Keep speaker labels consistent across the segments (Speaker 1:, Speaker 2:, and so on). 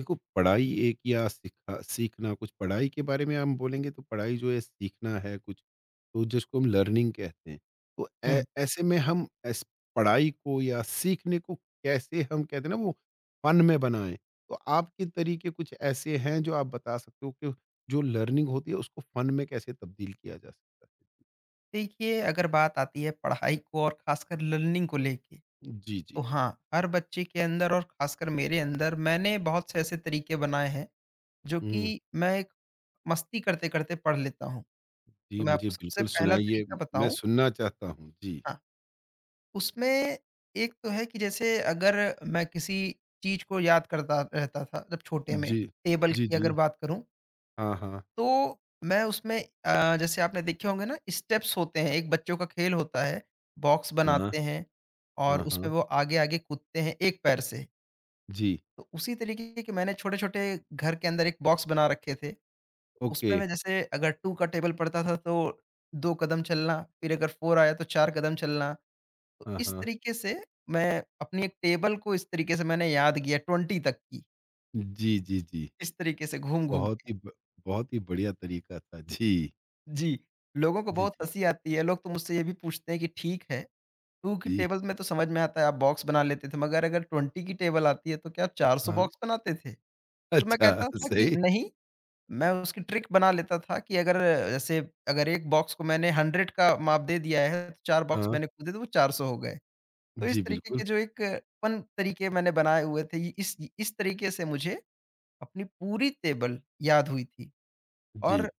Speaker 1: देखो, पढ़ाई एक या सीखा सीखना कुछ। पढ़ाई के बारे में हम बोलेंगे तो पढ़ाई जो है सीखना है कुछ। तो जिसको हम लर्निंग कहते हैं। तो
Speaker 2: हुँ।
Speaker 1: ऐसे में हम ऐस पढ़ाई को या सीखने को कैसे हम कहते हैं ना, वो फन में बनाएं। तो आपके तरीके कुछ ऐसे हैं जो आप बता सकते हो कि जो लर्निंग होती है उसको फन में कैसे तब्दील किया जा सकता
Speaker 2: देखिए, अगर बात आती है पढ़ाई को और ख़ासकर लर्निंग को लेके,
Speaker 1: है? जी,
Speaker 2: तो
Speaker 1: जी।
Speaker 2: हाँ, हर बच्चे के अंदर और ख़ासकर मेरे अंदर मैंने बहुत से ऐसे तरीके बनाए हैं, जो
Speaker 1: हम्म।
Speaker 2: कि मैं एक मस्ती करते-करते पढ़ लेता हूँ। तो
Speaker 1: जी,
Speaker 2: मैं
Speaker 1: मुझे
Speaker 2: आपको सबसे
Speaker 1: बिल्कुल
Speaker 2: पहला
Speaker 1: सुनाइए।
Speaker 2: तरीका
Speaker 1: मैं
Speaker 2: बताऊँ।
Speaker 1: सुनना चाहता हूँ जी।
Speaker 2: हाँ, उसमें एक तो है कि जैसे अगर मैं किसी चीज़ को याद करता रहता था जब छोटे में,
Speaker 1: जी,
Speaker 2: टेबल
Speaker 1: जी,
Speaker 2: की
Speaker 1: जी।
Speaker 2: अगर बात करूँ,
Speaker 1: हाँ, हाँ।
Speaker 2: तो मैं उसमें जैसे आपने देखे होंगे ना, स्टेप्स होते हैं, एक बच्चों का खेल होता है, बॉक्स
Speaker 1: हाँ,
Speaker 2: बनाते हैं और
Speaker 1: हाँ,
Speaker 2: उसमें
Speaker 1: हाँ
Speaker 2: वो आगे-आगे कूदते हैं एक पैर से।
Speaker 1: जी।
Speaker 2: तो उसी तरीके के मैंने छोटे-छोटे घर के अंदर एक बॉक्स बना रखे थे।
Speaker 1: ओके।
Speaker 2: उसमें मैं जैसे अगर 2 का टेबल पड़ता था, तो 2 कदम चलना, फिर अगर 4 आया तो 4 कदम चलना। तो
Speaker 1: हाँ,
Speaker 2: इस
Speaker 1: हाँ।
Speaker 2: तरीके से मैं अपनी एक टेबल को इस तरीके से मैंने याद किया 20 तक की,
Speaker 1: जी, जी, जी।
Speaker 2: इस तरीके से घूम-घूम
Speaker 1: बहुत
Speaker 2: के।
Speaker 1: ही ब बहुत ही बढ़िया तरीका था। जी,
Speaker 2: जी, लोगों को
Speaker 1: जी,
Speaker 2: बहुत
Speaker 1: जी,
Speaker 2: हँसी आती है, लोग तो मुझसे ये भी पूछते हैं कि ठीक है, 2 की
Speaker 1: जी।
Speaker 2: टेबल में तो समझ में आता है आप बॉक्स बना लेते थे, मगर अगर 20 की टेबल आती है तो क्या आप 400
Speaker 1: हाँ,
Speaker 2: बॉक्स बनाते थे? तो मैं
Speaker 1: अच्छा
Speaker 2: कहता था कि
Speaker 1: सही।
Speaker 2: नहीं, मैं उसकी ट्रिक बना लेता था कि अगर, जैसे अगर 1 बॉक्स को मैंने 100 का माप दे दिया है, तो 4 बॉक्स
Speaker 1: हाँ,
Speaker 2: मैंने खुद दे दिए, तो वो 400 हो गए। तो
Speaker 1: जी
Speaker 2: इस तरीके के
Speaker 1: बिल्कुल।
Speaker 2: जो एक फन तरीके मैंने बनाए हुए थे, इ इस तरीके से मुझे अपनी पूरी टेबल याद हुई थी।
Speaker 1: जी,
Speaker 2: और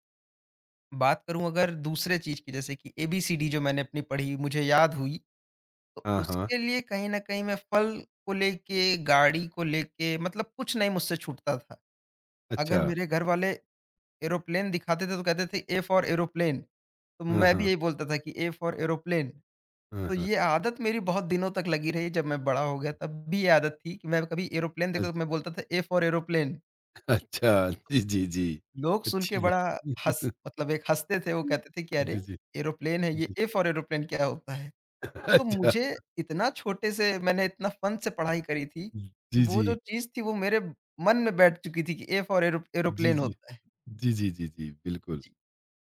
Speaker 2: बात करूँ अगर दूसरे चीज़ की, जैसे कि एबीसीडी जो मैंने अपनी पढ़ी मुझे याद हुई, तो
Speaker 1: हाँ, हाँ।
Speaker 2: उसके लिए कहीं न कहीं मैं फल को लेके, गाड़ी को लेके, मतलब कुछ नहीं मुझसे छूटता था। अगर
Speaker 1: अच्छा।
Speaker 2: मेरे घर वाले एरोप्लेन दिखाते थे तो कहते थे ए फॉर एरोप्लेन, तो
Speaker 1: हाँ,
Speaker 2: मैं भी
Speaker 1: हाँ,
Speaker 2: यही बोलता था कि ए फॉर एरोप्लेन। तो
Speaker 1: हाँ, हाँ।
Speaker 2: ये आदत मेरी बहुत दिनों तक लगी रही, जब मैं बड़ा हो गया तब भी ये आदत थी कि मैं कभी एरोप्लेन देखता तो
Speaker 1: अच्छा,
Speaker 2: मैं बोलता था ए फॉर एरोप्लेन।
Speaker 1: अच्छा, जी, जी, जी।
Speaker 2: लोग सुन के
Speaker 1: अच्छी बात।
Speaker 2: बड़ा हँस मतलब एक हँसते थे, वो कहते थे कि अरे!
Speaker 1: जी, जी,
Speaker 2: एरोप्लेन है ये,
Speaker 1: जी।
Speaker 2: ए फॉर एरोप्लेन क्या होता है? तो
Speaker 1: अच्छा।
Speaker 2: मुझे इतना छोटे से मैंने इतना फन से पढ़ाई करी थी, कि
Speaker 1: जी,
Speaker 2: वो
Speaker 1: जी।
Speaker 2: जो चीज़ थी वो मेरे मन में बैठ चुकी थी कि ए फॉर एरो
Speaker 1: जी,
Speaker 2: एरोप्लेन
Speaker 1: जी।
Speaker 2: होता है।
Speaker 1: जी, जी, जी, जी, बिल्कुल।
Speaker 2: जी।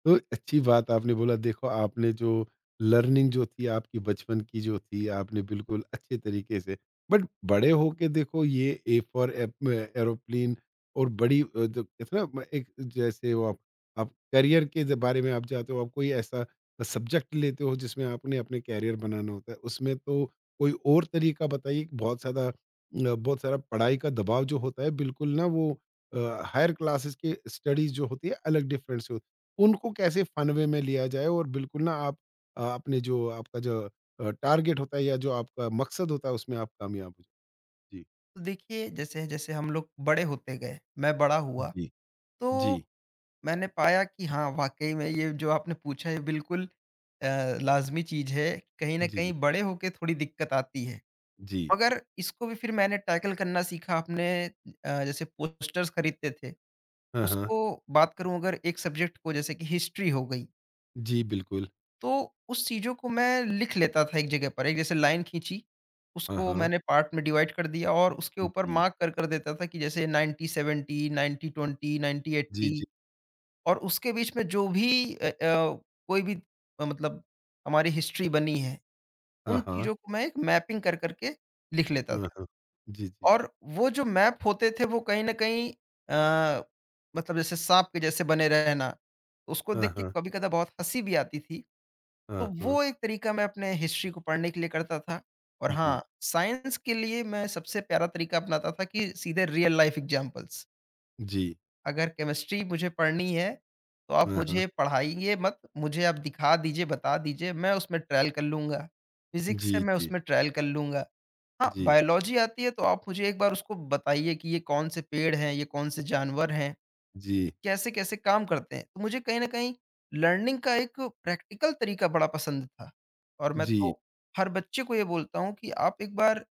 Speaker 1: तो अच्छी बात आपने बोला। देखो, आपने जो लर्निंग जो थी आपकी बचपन की जो थी, आपने बिल्कुल अच्छे तरीके से, बट बड़े होके देखो, ये ए फॉर एरोप्लेन और बड़ी जो कहते हैं ना एक, जैसे वो आप करियर के बारे में आप जाते हो, आप कोई ऐसा सब्जेक्ट लेते हो जिसमें आपने अपने कैरियर बनाना होता है, उसमें तो कोई और तरीका बताइए कि बहुत ज़्यादा, बहुत सारा पढ़ाई का दबाव जो होता है बिल्कुल ना वो, हायर क्लासेस की स्टडीज जो होती है अलग डिफरेंस होती है, उनको कैसे फन वे में लिया जाए और बिल्कुल ना आप अपने जो आपका जो टारगेट होता है या जो आपका मकसद होता है उसमें आप कामयाब हो जाए। जी।
Speaker 2: तो देखिए जैसे-जैसे हम लोग बड़े होते गए, मैं बड़ा हुआ,
Speaker 1: जी। जी।
Speaker 2: तो मैंने पाया कि हाँ, वाक़ई में ये जो आपने पूछा है बिल्कुल अ, लाज़मी चीज़ है, कहीं न
Speaker 1: जी,
Speaker 2: कहीं
Speaker 1: जी।
Speaker 2: बड़े होके थोड़ी दिक्कत आती है।
Speaker 1: जी।
Speaker 2: मगर इसको भी फिर मैंने टैकल करना सीखा अपने। जैसे पोस्टर्स खरीदते थे,
Speaker 1: हाँ, हाँ।
Speaker 2: उसको बात करूँ अगर एक सब्जेक्ट को, जैसे कि हिस्ट्री हो गई,
Speaker 1: जी, बिल्कुल।
Speaker 2: तो उस चीज़ों को मैं लिख लेता था एक जगह पर, एक जैसे लाइन खींची,
Speaker 1: हाँ,
Speaker 2: उसको
Speaker 1: हाँ।
Speaker 2: मैंने पार्ट में डिवाइड कर दिया और उसके ऊपर
Speaker 1: जी।
Speaker 2: मार्क कर देता था कि जैसे 90-70, 90-20,
Speaker 1: जी,
Speaker 2: 90-80,
Speaker 1: जी।
Speaker 2: और उसके बीच में जो भी कोई भी मतलब हमारी हिस्ट्री बनी है, उन
Speaker 1: हाँ, हाँ।
Speaker 2: चीज़ों को मैं एक मैपिंग कर के लिख लेता
Speaker 1: हाँ,
Speaker 2: था।
Speaker 1: हाँ। जी, जी।
Speaker 2: और वो जो मैप होते थे वो कहीं न कहीं अ, मतलब जैसे साँप के जैसे बने रहना, उसको
Speaker 1: हाँ,
Speaker 2: देख के
Speaker 1: हाँ।
Speaker 2: कभी-कदा बहुत हँसी भी आती थी। तो
Speaker 1: हाँ, हाँ।
Speaker 2: वो एक तरीका मैं अपने हिस्ट्री को पढ़ने के लिए करता था। और
Speaker 1: जी।
Speaker 2: हाँ, साइंस के लिए मैं सबसे प्यारा तरीका अपनाता था कि सीधे रियल लाइफ एग्ज़ाम्पल्स।
Speaker 1: जी।
Speaker 2: अगर केमिस्ट्री मुझे पढ़नी है, तो आप
Speaker 1: हाँ, हाँ।
Speaker 2: मुझे पढ़ाइए मत, मुझे आप दिखा दीजिए, बता दीजिए, मैं उसमें ट्रायल कर लूँगा। फिज़िक्स है,
Speaker 1: जी,
Speaker 2: मैं
Speaker 1: जी।
Speaker 2: उसमें ट्रायल कर लूँगा। हाँ,
Speaker 1: जी।
Speaker 2: बायोलॉजी आती है तो आप मुझे एक बार उसको बताइए कि ये कौन से पेड़ हैं, ये कौन से जानवर हैं,
Speaker 1: जी।
Speaker 2: कैसे-कैसे काम करते हैं। तो मुझे कहीं न कहीं लर्निंग का एक प्रैक्टिकल तरीका बड़ा पसंद था, और मैं
Speaker 1: जी।
Speaker 2: तो हर बच्चे को ये बोलता हूँ कि आप एक बार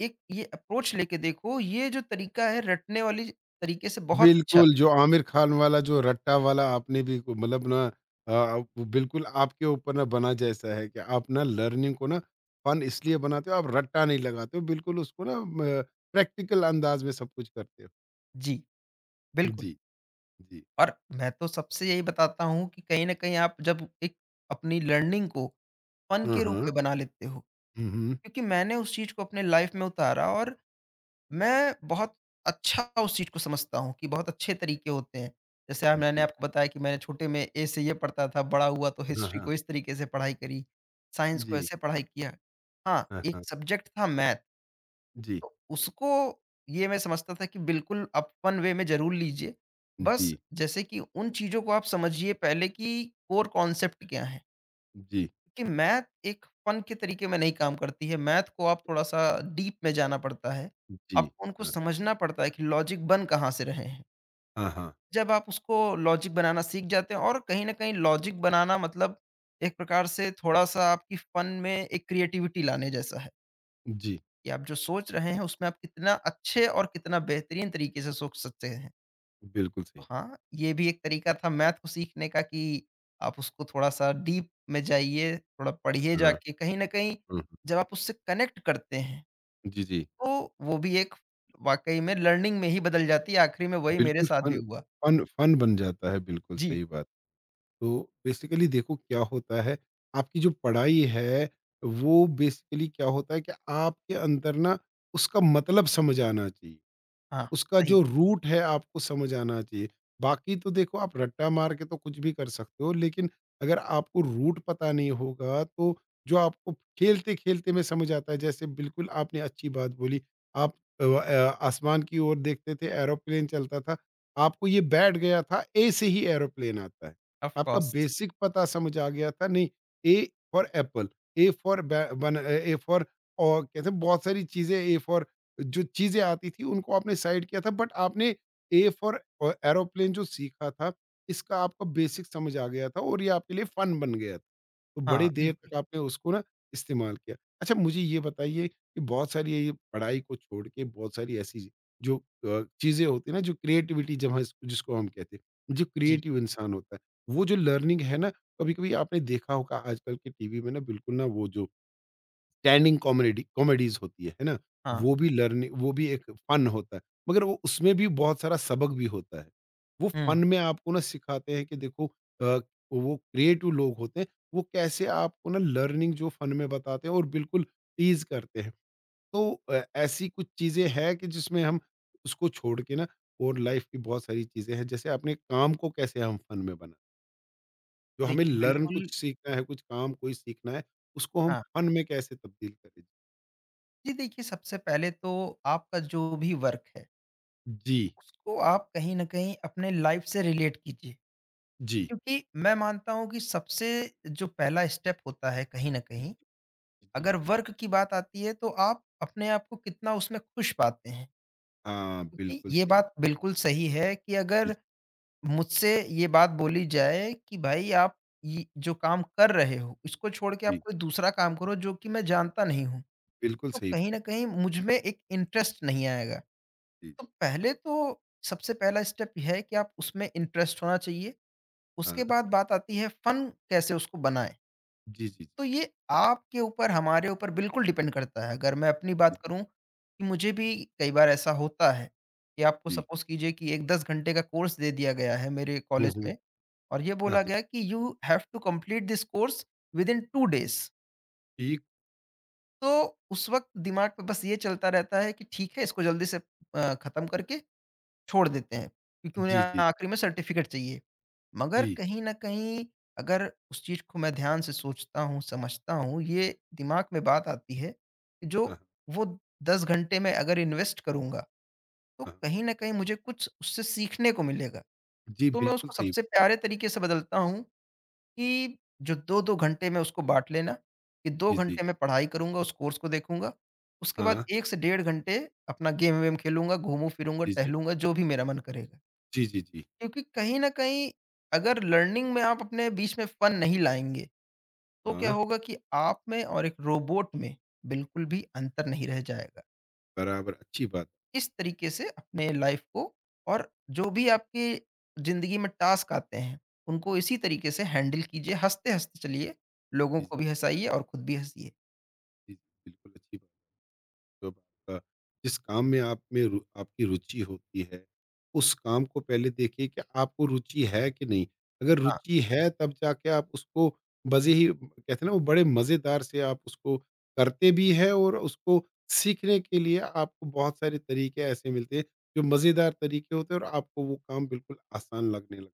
Speaker 2: एक ये अप्रोच लेके देखो, ये जो तरीका है रटने वाली तरीके से बहुत अच्छा
Speaker 1: बिल्कुल,
Speaker 2: है।
Speaker 1: जो आमिर खान वाला जो रट्टा वाला आपने भी मतलब ना, अ, वो बिल्कुल आपके ऊपर ना बना जैसा है कि आप ना लर्निंग को ना फन इसलिए बनाते हो, आप रट्टा नहीं लगाते हो, बिल्कुल उसको ना म प्रैक्टिकल अंदाज में सब कुछ करते हो।
Speaker 2: जी, बिल्कुल।
Speaker 1: जी, जी।
Speaker 2: और मैं तो सबसे यही बताता हूँ कि कहीं न कहीं आप जब एक अपनी लर्निंग को फ़न
Speaker 1: हाँ,
Speaker 2: के रूप
Speaker 1: हाँ।
Speaker 2: में बना लेते हो,
Speaker 1: हुँ, हुँ।
Speaker 2: क्योंकि मैंने उस चीज़ को अपने लाइफ़ में उतारा और मैं बहुत अच्छा उस चीज़ को समझता हूँ कि बहुत अच्छे तरीके होते हैं। जैसे मैंने
Speaker 1: जी।
Speaker 2: आपको बताया कि मैंने छोटे में ए से ये पढ़ता था, बड़ा हुआ तो
Speaker 1: हाँ,
Speaker 2: हिस्ट्री
Speaker 1: हाँ।
Speaker 2: को इस तरीके से पढ़ाई करी, साइंस को
Speaker 1: जी।
Speaker 2: ऐसे पढ़ाई किया। हाँ,
Speaker 1: हाँ,
Speaker 2: एक
Speaker 1: हाँ।
Speaker 2: सब्जेक्ट था मैथ,
Speaker 1: जी,
Speaker 2: तो उसको ये मैं समझता था कि बिल्कुल आप फन वे में ज़रूर लीजिए। बस
Speaker 1: जी,
Speaker 2: जैसे कि उन चीज़ों को आप समझिए पहले कि कोर कॉन्सेप्ट क्या हैं।
Speaker 1: जी,
Speaker 2: कि मैथ एक फन के तरीके में नहीं काम करती है, मैथ को आप थोड़ा-सा डीप में जाना पड़ता है।
Speaker 1: जी।
Speaker 2: आपको उनको
Speaker 1: हाँ,
Speaker 2: समझना पड़ता है कि लॉजिक बन कहाँ से रहे हैं।
Speaker 1: हाँ, हाँ।
Speaker 2: जब आप उसको लॉजिक बनाना सीख जाते हैं और कहीं न कहीं लॉजिक बनाना मतलब एक प्रकार से थोड़ा-सा आपकी फन में एक क्रिएटिविटी लाने जैसा है,
Speaker 1: जी,
Speaker 2: कि आप जो सोच रहे हैं उसमें आप कितना अच्छे और कितना बेहतरीन तरीके से सोच सकते हैं।
Speaker 1: बिल्कुल सही।
Speaker 2: हाँ, ये भी एक तरीका था मैथ को सीखने का कि आप उसको थोड़ा-सा डीप में जाइए, थोड़ा पढ़िए
Speaker 1: हाँ,
Speaker 2: जाके, कहीं न कहीं
Speaker 1: हुँ, हुँ।
Speaker 2: जब आप उससे कनेक्ट करते हैं,
Speaker 1: जी, जी।
Speaker 2: तो वो भी एक वाक़ई में लर्निंग में ही बदल जाती है, आखिरी में वही मेरे
Speaker 1: बिल्कुल
Speaker 2: साथ भी
Speaker 1: फन
Speaker 2: हुआ।
Speaker 1: फन फन बन जाता है, बिल्कुल
Speaker 2: जी,
Speaker 1: सही बात। तो बेसिकली देखो क्या होता है, आपकी जो पढ़ाई है, वो बेसिकली क्या होता है कि आपके अंदर ना उसका मतलब समझ आना चाहिए।
Speaker 2: हाँ,
Speaker 1: उसका
Speaker 2: सही।
Speaker 1: जो रूट है आपको समझ आना चाहिए। बाकी तो देखो, आप रट्टा मार के तो कुछ भी कर सकते हो लेकिन अगर आपको रूट पता नहीं होगा तो जो आपको खेलते-खेलते में समझ आता है, जैसे बिल्कुल आपने अच्छी बात बोली। आप आसमान की ओर देखते थे, एरोप्लेन चलता था। आपको ये बैठ गया था ए से ही एरोप्लेन आता है।
Speaker 2: ऑफ़
Speaker 1: आपका
Speaker 2: कोर्स।
Speaker 1: बेसिक पता समझ आ गया था। नहीं, A for apple, A for बै बन ए फॉर, और कहते हैं बहुत सारी चीज़ें ए फॉर, जो चीज़ें आती थी उनको आपने साइड किया था बट आपने ए फॉर एरोप्लेन जो सीखा था, इसका आपको बेसिक समझ आ गया था और ये आपके लिए फन बन गया था, तो
Speaker 2: हाँ,
Speaker 1: बड़े देर
Speaker 2: बिल्कुल।
Speaker 1: तक आपने उसको ना इस्तेमाल किया। अच्छा, मुझे ये बताइए कि बहुत सारी ये पढ़ाई को छोड़ के बहुत सारी ऐसी जो चीज़ें होती है ना, जो क्रिएटिविटी, जब हम जिसको हम कहते हैं जो
Speaker 2: जी,
Speaker 1: क्रिएटिव इंसान होता है, वो जो लर्निंग है ना, कभी कभी आपने देखा होगा आजकल के टीवी में ना, बिल्कुल ना वो जो स्टैंडिंग कॉमेडी कॉमेडीज़ होती है ना?
Speaker 2: हाँ,
Speaker 1: वो भी लर्निंग, वो भी एक फन होता है, मगर वो उसमें भी बहुत सारा सबक भी होता है। वो फन
Speaker 2: हुँ।
Speaker 1: में आपको ना सिखाते हैं कि देखो अ, वो क्रिएटिव लोग होते हैं, वो कैसे आपको ना लर्निंग जो फन में बताते हैं और बिल्कुल टीज़ करते हैं। तो ऐसी कुछ चीज़ें हैं कि जिसमें हम उसको छोड़ के ना, और लाइफ़ की बहुत सारी चीज़ें हैं, जैसे अपने काम को कैसे हम फन में बनाएँ? जो हमें
Speaker 2: देखिए
Speaker 1: लर्न,
Speaker 2: बिल्कुल।
Speaker 1: कुछ सीखना है, कुछ काम कोई सीखना है, उसको हम
Speaker 2: हाँ,
Speaker 1: फन में कैसे तब्दील करें?
Speaker 2: जी। देखिए सबसे पहले तो आपका जो भी वर्क है,
Speaker 1: जी।
Speaker 2: उसको आप कहीं न कहीं अपने लाइफ़ से रिलेट कीजिए।
Speaker 1: जी।
Speaker 2: क्योंकि मैं मानता हूँ कि सबसे जो पहला स्टेप होता है कहीं न कहीं,
Speaker 1: जी।
Speaker 2: अगर वर्क की बात आती है तो आप अपने आप को कितना उसमें खुश पाते हैं।
Speaker 1: हाँ,
Speaker 2: क्योंकि
Speaker 1: बिल्कुल
Speaker 2: ये
Speaker 1: सही।
Speaker 2: बात बिल्कुल सही है कि
Speaker 1: जी,
Speaker 2: अगर मुझसे ये बात बोली जाए कि भाई आप ये जो काम कर रहे हो, इसको छोड़ के आप
Speaker 1: जी।
Speaker 2: कोई दूसरा काम करो जो कि मैं जानता नहीं हूँ,
Speaker 1: बिल्कुल
Speaker 2: तो
Speaker 1: सही बात।
Speaker 2: कहीं न कहीं मुझ में एक इंटरेस्ट नहीं आएगा।
Speaker 1: जी,
Speaker 2: तो पहले तो सबसे पहला स्टेप यह है कि आप उसमें इंटरेस्ट होना चाहिए, उसके
Speaker 1: हाँ।
Speaker 2: बाद बात आती है फन कैसे उसको बनाएँ।
Speaker 1: जी, जी,
Speaker 2: तो ये आपके ऊपर, हमारे ऊपर बिल्कुल डिपेंड करता है। अगर मैं अपनी बात
Speaker 1: जी,
Speaker 2: करूँ कि मुझे भी कई बार ऐसा होता है कि आपको
Speaker 1: जी।
Speaker 2: सपोज़ कीजिए कि एक 10 घंटे का कोर्स दे दिया गया है मेरे
Speaker 1: हुँ,
Speaker 2: कॉलेज
Speaker 1: हुँ।
Speaker 2: में, और ये
Speaker 1: हाँ,
Speaker 2: बोला
Speaker 1: हाँ।
Speaker 2: गया है कि you have to complete this course with in 2 days.
Speaker 1: ठीक।
Speaker 2: तो उस वक़्त दिमाग पे बस ये चलता रहता है कि ठीक है, इसको जल्दी से खत्म करके छोड़ देते हैं, क्योंकि उन्हें
Speaker 1: जी, जी, जी।
Speaker 2: आखिरी में सर्टिफ़िकेट चाहिए। मगर
Speaker 1: जी।
Speaker 2: कहीं न कहीं अगर उस चीज़ को मैं ध्यान से सोचता हूँ, समझता हूँ, ये दिमाग में बात आती है, कि जो
Speaker 1: हाँ, हाँ,
Speaker 2: वो 10 घंटे में अगर इन्वेस्ट करूँगा, तो
Speaker 1: हाँ।
Speaker 2: कहीं न कहीं मुझे कुछ उससे सीखने को मिलेगा।
Speaker 1: जी,
Speaker 2: तो मैं
Speaker 1: बिल्कुल
Speaker 2: उसको
Speaker 1: सही।
Speaker 2: सबसे प्यारे तरीके से बदलता हूँ कि जो 2-2 घंटे में उसको बाँट लेना, कि 2
Speaker 1: जी, जी।
Speaker 2: घंटे मैं पढ़ाई करूँगा, उस कोर्स को देखूँगा, उसके बाद
Speaker 1: हाँ।
Speaker 2: 1 से डेढ़ घंटे अपना गेम वेम खेलूँगा, घूमू-फिरूँगा,
Speaker 1: जी, जी।
Speaker 2: टहलूँगा, जो भी मेरा मन करेगा।
Speaker 1: जी, जी, जी।
Speaker 2: क्योंकि कहीं न कहीं अगर लर्निंग में आप अपने बीच में फन नहीं लाएँगे, तो क्या
Speaker 1: हाँ,
Speaker 2: होगा कि आप में और एक रोबोट में बिल्कुल भी अंतर नहीं रह जाएगा।
Speaker 1: बराबर अच्छी बात।
Speaker 2: इस तरीके से अपने लाइफ़ को, और जो भी आपकी ज़िंदगी में टास्क आते हैं, उनको इसी तरीके से हैंडल कीजिए, हँसते-हँसते चलिए, लोगों
Speaker 1: जी, जी,
Speaker 2: को भी हँसाइए और खुद भी हँसिए।
Speaker 1: जी, जी, बिल्कुल अच्छी बात। जब आपका, जिस काम में आप में रु आपकी रुचि होती है, उस काम को पहले देखिए कि आपको रुचि है कि नहीं? अगर
Speaker 2: हाँ,
Speaker 1: रुचि है तब जाके आप उसको मज़े, ही कहते हैं ना वो, बड़े मज़ेदार से आप उसको करते भी हैं और उसको सीखने के लिए आपको बहुत सारे तरीके ऐसे मिलते हैं, जो मज़ेदार तरीके होते हैं और आपको वो काम बिल्कुल आसान लगने लग।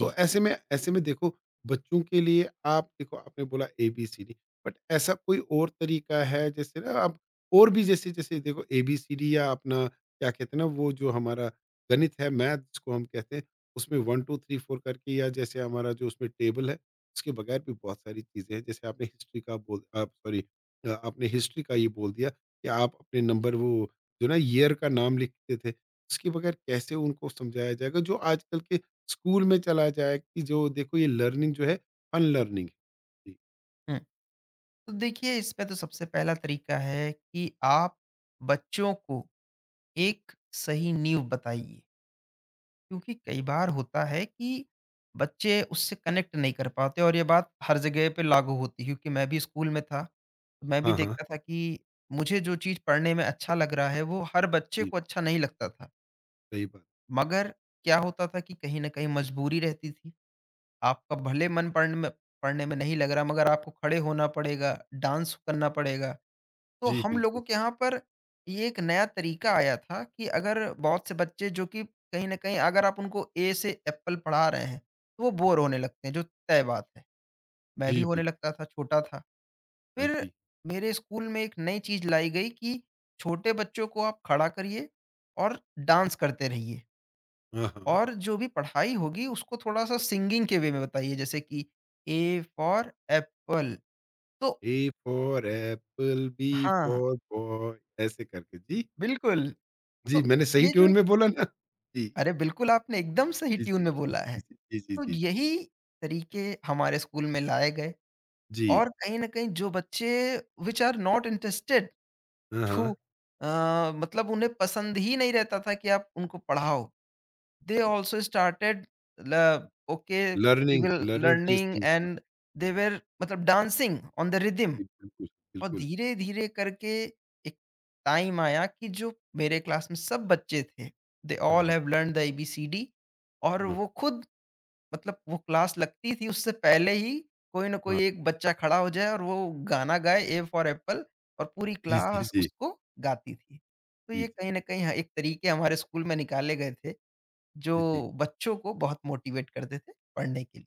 Speaker 1: तो ऐसे में देखो, बच्चों के लिए आप देखो, आपने बोला एबीसीडी, बट ऐसा कोई और तरीका है जैसे ना आप, और भी जैसे, जैसे देखो एबीसीडी या अपना क्या कहते हैं ना वो, जो हमारा गणित है, मैथ जिसको हम कहते हैं, उसमें वन टू थ्री फोर करके, या जैसे हमारा जो उसमें टेबल है, उसके बगैर भी बहुत सारी चीज़ें हैं। जैसे आपने हिस्ट्री का बोल, आप, सॉरी, आपने हिस्ट्री का ये बोल दिया कि आप अपने नंबर, वो जो ना ईयर का नाम लिखते थे, उसके बगैर कैसे उनको समझाया जाएगा जो आजकल के स्कूल में चला जाए, कि जो देखो ये लर्निंग जो है अनलर्निंग है। जी,
Speaker 2: हुँ, तो देखिए इसमें तो सबसे पहला तरीका है कि आप बच्चों को एक सही नींव बताइए। क्योंकि कई बार होता है कि बच्चे उससे कनेक्ट नहीं कर पाते, और ये बात हर जगह पे लागू होती है, क्योंकि मैं भी स्कूल में था तो मैं भी
Speaker 1: हाँ, हाँ।
Speaker 2: देखता था कि मुझे जो चीज़ पढ़ने में अच्छा लग रहा है वो हर बच्चे
Speaker 1: जी,
Speaker 2: को अच्छा नहीं लगता था।
Speaker 1: सही बात।
Speaker 2: मगर क्या होता था कि कहीं ना कहीं मजबूरी रहती थी, आपका भले मन पढ़ने में नहीं लग रहा, मगर आपको खड़े होना पड़ेगा, डांस करना पड़ेगा। तो
Speaker 1: जी,
Speaker 2: हम
Speaker 1: बिल्कुल
Speaker 2: लोगों के
Speaker 1: सही।
Speaker 2: यहाँ पर ये एक नया तरीका आया था कि अगर बहुत से बच्चे जो कि कहीं न कहीं अगर आप उनको ए से एप्पल पढ़ा रहे हैं, तो वो बोर होने लगते हैं, जो तय बात है। मैं भी
Speaker 1: जी,
Speaker 2: होने
Speaker 1: बिल्कुल।
Speaker 2: लगता था, छोटा था।
Speaker 1: हाँ
Speaker 2: फिर
Speaker 1: जी।
Speaker 2: मेरे स्कूल में एक नई चीज़ लाई गई कि छोटे बच्चों को आप खड़ा करिए और डांस करते रहिए,
Speaker 1: हाँ, हाँ।
Speaker 2: और जो भी पढ़ाई होगी उसको थोड़ा-सा सिंगिंग के वे में बताइए, जैसे कि ए फॉर एप्पल। तो
Speaker 1: ए फॉर एप्पल, बी
Speaker 2: हाँ,
Speaker 1: फॉर बॉय ऐसे करके जी।
Speaker 2: बिल्कुल।
Speaker 1: जी,
Speaker 2: तो
Speaker 1: मैंने सही
Speaker 2: ये जो
Speaker 1: ट्यून में बोला ना? जी,
Speaker 2: अरे बिल्कुल, आपने एकदम सही
Speaker 1: जी,
Speaker 2: ट्यून
Speaker 1: जी,
Speaker 2: में बोला है।
Speaker 1: जी, जी, जी,
Speaker 2: तो
Speaker 1: जी, जी।
Speaker 2: यही तरीके हमारे स्कूल में लाए गए,
Speaker 1: जी,
Speaker 2: और कहीं न कहीं जो बच्चे व्हिच आर नॉट इंटरेस्टेड
Speaker 1: हाँ,
Speaker 2: टू
Speaker 1: हाँ।
Speaker 2: मतलब उन्हें पसंद ही नहीं रहता था कि आप उनको पढ़ाओ। दे आल्सो स्टार्टेड ल okay we
Speaker 1: learning,
Speaker 2: will
Speaker 1: learning these
Speaker 2: learning
Speaker 1: things.
Speaker 2: And they were मतलब डांसिंग ऑन द रिदम।
Speaker 1: बिल्कुल,
Speaker 2: और
Speaker 1: बिल्कुल।
Speaker 2: धीरे-धीरे करके एक टाइम आया कि जो मेरे क्लास में सब बच्चे थे, दे
Speaker 1: हाँ,
Speaker 2: ऑल
Speaker 1: हाँ।
Speaker 2: Have learned the ABCD. और
Speaker 1: हुँ,
Speaker 2: वो खुद मतलब वो क्लास लगती थी उससे पहले ही कोई ना कोई
Speaker 1: हाँ।
Speaker 2: एक बच्चा खड़ा हो जाए और वो गाना गाए ए फॉर एप्पल, और पूरी
Speaker 1: जी, जी,
Speaker 2: क्लास
Speaker 1: जी,
Speaker 2: उसको गाती थी। तो ये
Speaker 1: जी,
Speaker 2: कहीं न कहीं हाँ, एक तरीके हमारे स्कूल में निकाले गए थे जो
Speaker 1: जी, जी।
Speaker 2: बच्चों को बहुत मोटिवेट करते थे पढ़ने के लिए।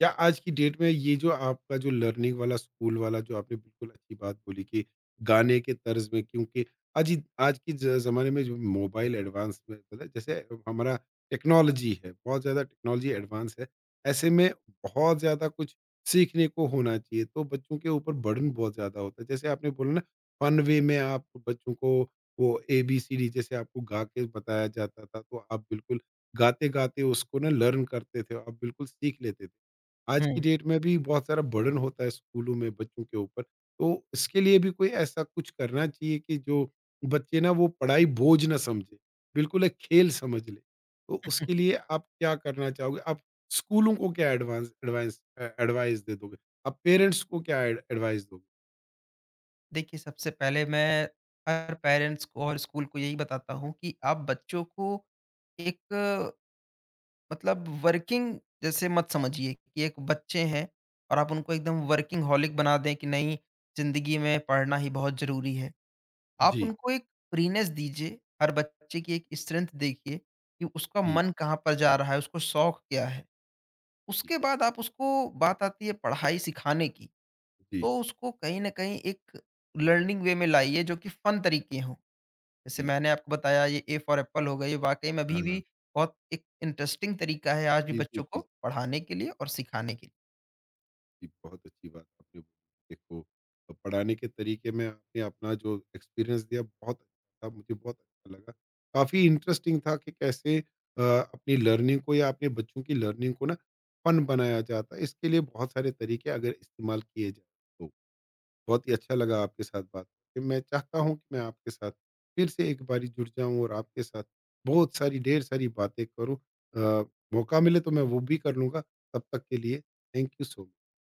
Speaker 1: क्या आज की डेट में ये जो आपका जो लर्निंग वाला, स्कूल वाला जो आपने बिल्कुल अच्छी बात बोली कि गाने के तर्ज में, क्योंकि आज ही- आज के जमाने में जो मोबाइल एडवांस में, मतलब जैसे हमारा टेक्नोलॉजी है, बहुत ज्यादा टेक्नोलॉजी एडवांस है, ऐसे में बहुत ज्यादा कुछ सीखने को होना चाहिए, तो बच्चों के ऊपर बर्डन बहुत ज्यादा होता है। जैसे आपने बोला ना, फन वे में आप बच्चों को, वो ए बी सी डी जैसे आपको गा के बताया जाता था, तो आप बिल्कुल गाते गाते उसको ना लर्न करते थे, आप बिल्कुल सीख लेते थे। आज की
Speaker 2: हुँ।
Speaker 1: डेट में भी बहुत सारा बर्डन होता है स्कूलों में बच्चों के ऊपर, तो इसके लिए भी कोई ऐसा कुछ करना चाहिए कि जो बच्चे ना वो पढ़ाई बोझ ना समझें, बिल्कुल एक खेल समझ लें। तो उसके लिए आप क्या करना चाहोगे? आप स्कूलों को क्या एडवाइस दे दोगे? आप पेरेंट्स को क्या एड एडवाइस दोगे?
Speaker 2: देखिए सबसे पहले मैं हर पेरेंट्स को और स्कूल को यही बताता हूँ कि आप बच्चों को एक मतलब वर्किंग जैसे मत समझिए कि एक बच्चे हैं और आप उनको एकदम वर्किंग हॉलिक बना दें कि नहीं जिंदगी में पढ़ना ही बहुत जरूरी है। आप
Speaker 1: जी,
Speaker 2: उनको एक फ्रीनेस दीजिए, हर बच्चे की एक स्ट्रेंथ देखिए कि उसका
Speaker 1: जी,
Speaker 2: मन कहाँ पर जा रहा है, उसको शौक क्या है,
Speaker 1: जी,
Speaker 2: उसके बाद आप उसको बात आती है पढ़ाई सिखाने की,
Speaker 1: जी,
Speaker 2: तो उसको कहीं ना कहीं एक लर्निंग वे में लाइए जो कि फन तरीके हों, जैसे
Speaker 1: जी।
Speaker 2: मैंने आपको बताया ये ए फॉर एप्पल हो गया, ये वाक़ई में
Speaker 1: हाँ,
Speaker 2: अभी
Speaker 1: हाँ।
Speaker 2: भी बहुत एक इंटरेस्टिंग तरीका है आज भी
Speaker 1: जी, जी,
Speaker 2: बच्चों को
Speaker 1: जी।
Speaker 2: पढ़ाने के लिए और सिखाने के लिए।
Speaker 1: जी, बहुत अच्छी बात आपने बोली। देखो, पढ़ाने के तरीके में आपने अपना जो एक्सपीरियंस दिया बहुत अच्छा था, मुझे बहुत अच्छा लगा। काफ़ी इंटरेस्टिंग था कि कैसे अ, अपनी लर्निंग को या अपने बच्चों की लर्निंग को ना फ़न बनाया जाता है। इसके लिए बहुत सारे तरीके अगर इस्तेमाल किए जाएँ तो। बहुत ही अच्छा लगा आपके साथ बात करके। मैं चाहता हूँ कि मैं आपके साथ फिर से एक बारी जुड़ जाऊँ और आपके साथ बहुत सारी ढेर सारी बातें करूँ। अ, मौका मिले तो मैं वो भी कर लूँगा। तब तक के लिए थैंक यू सो मच।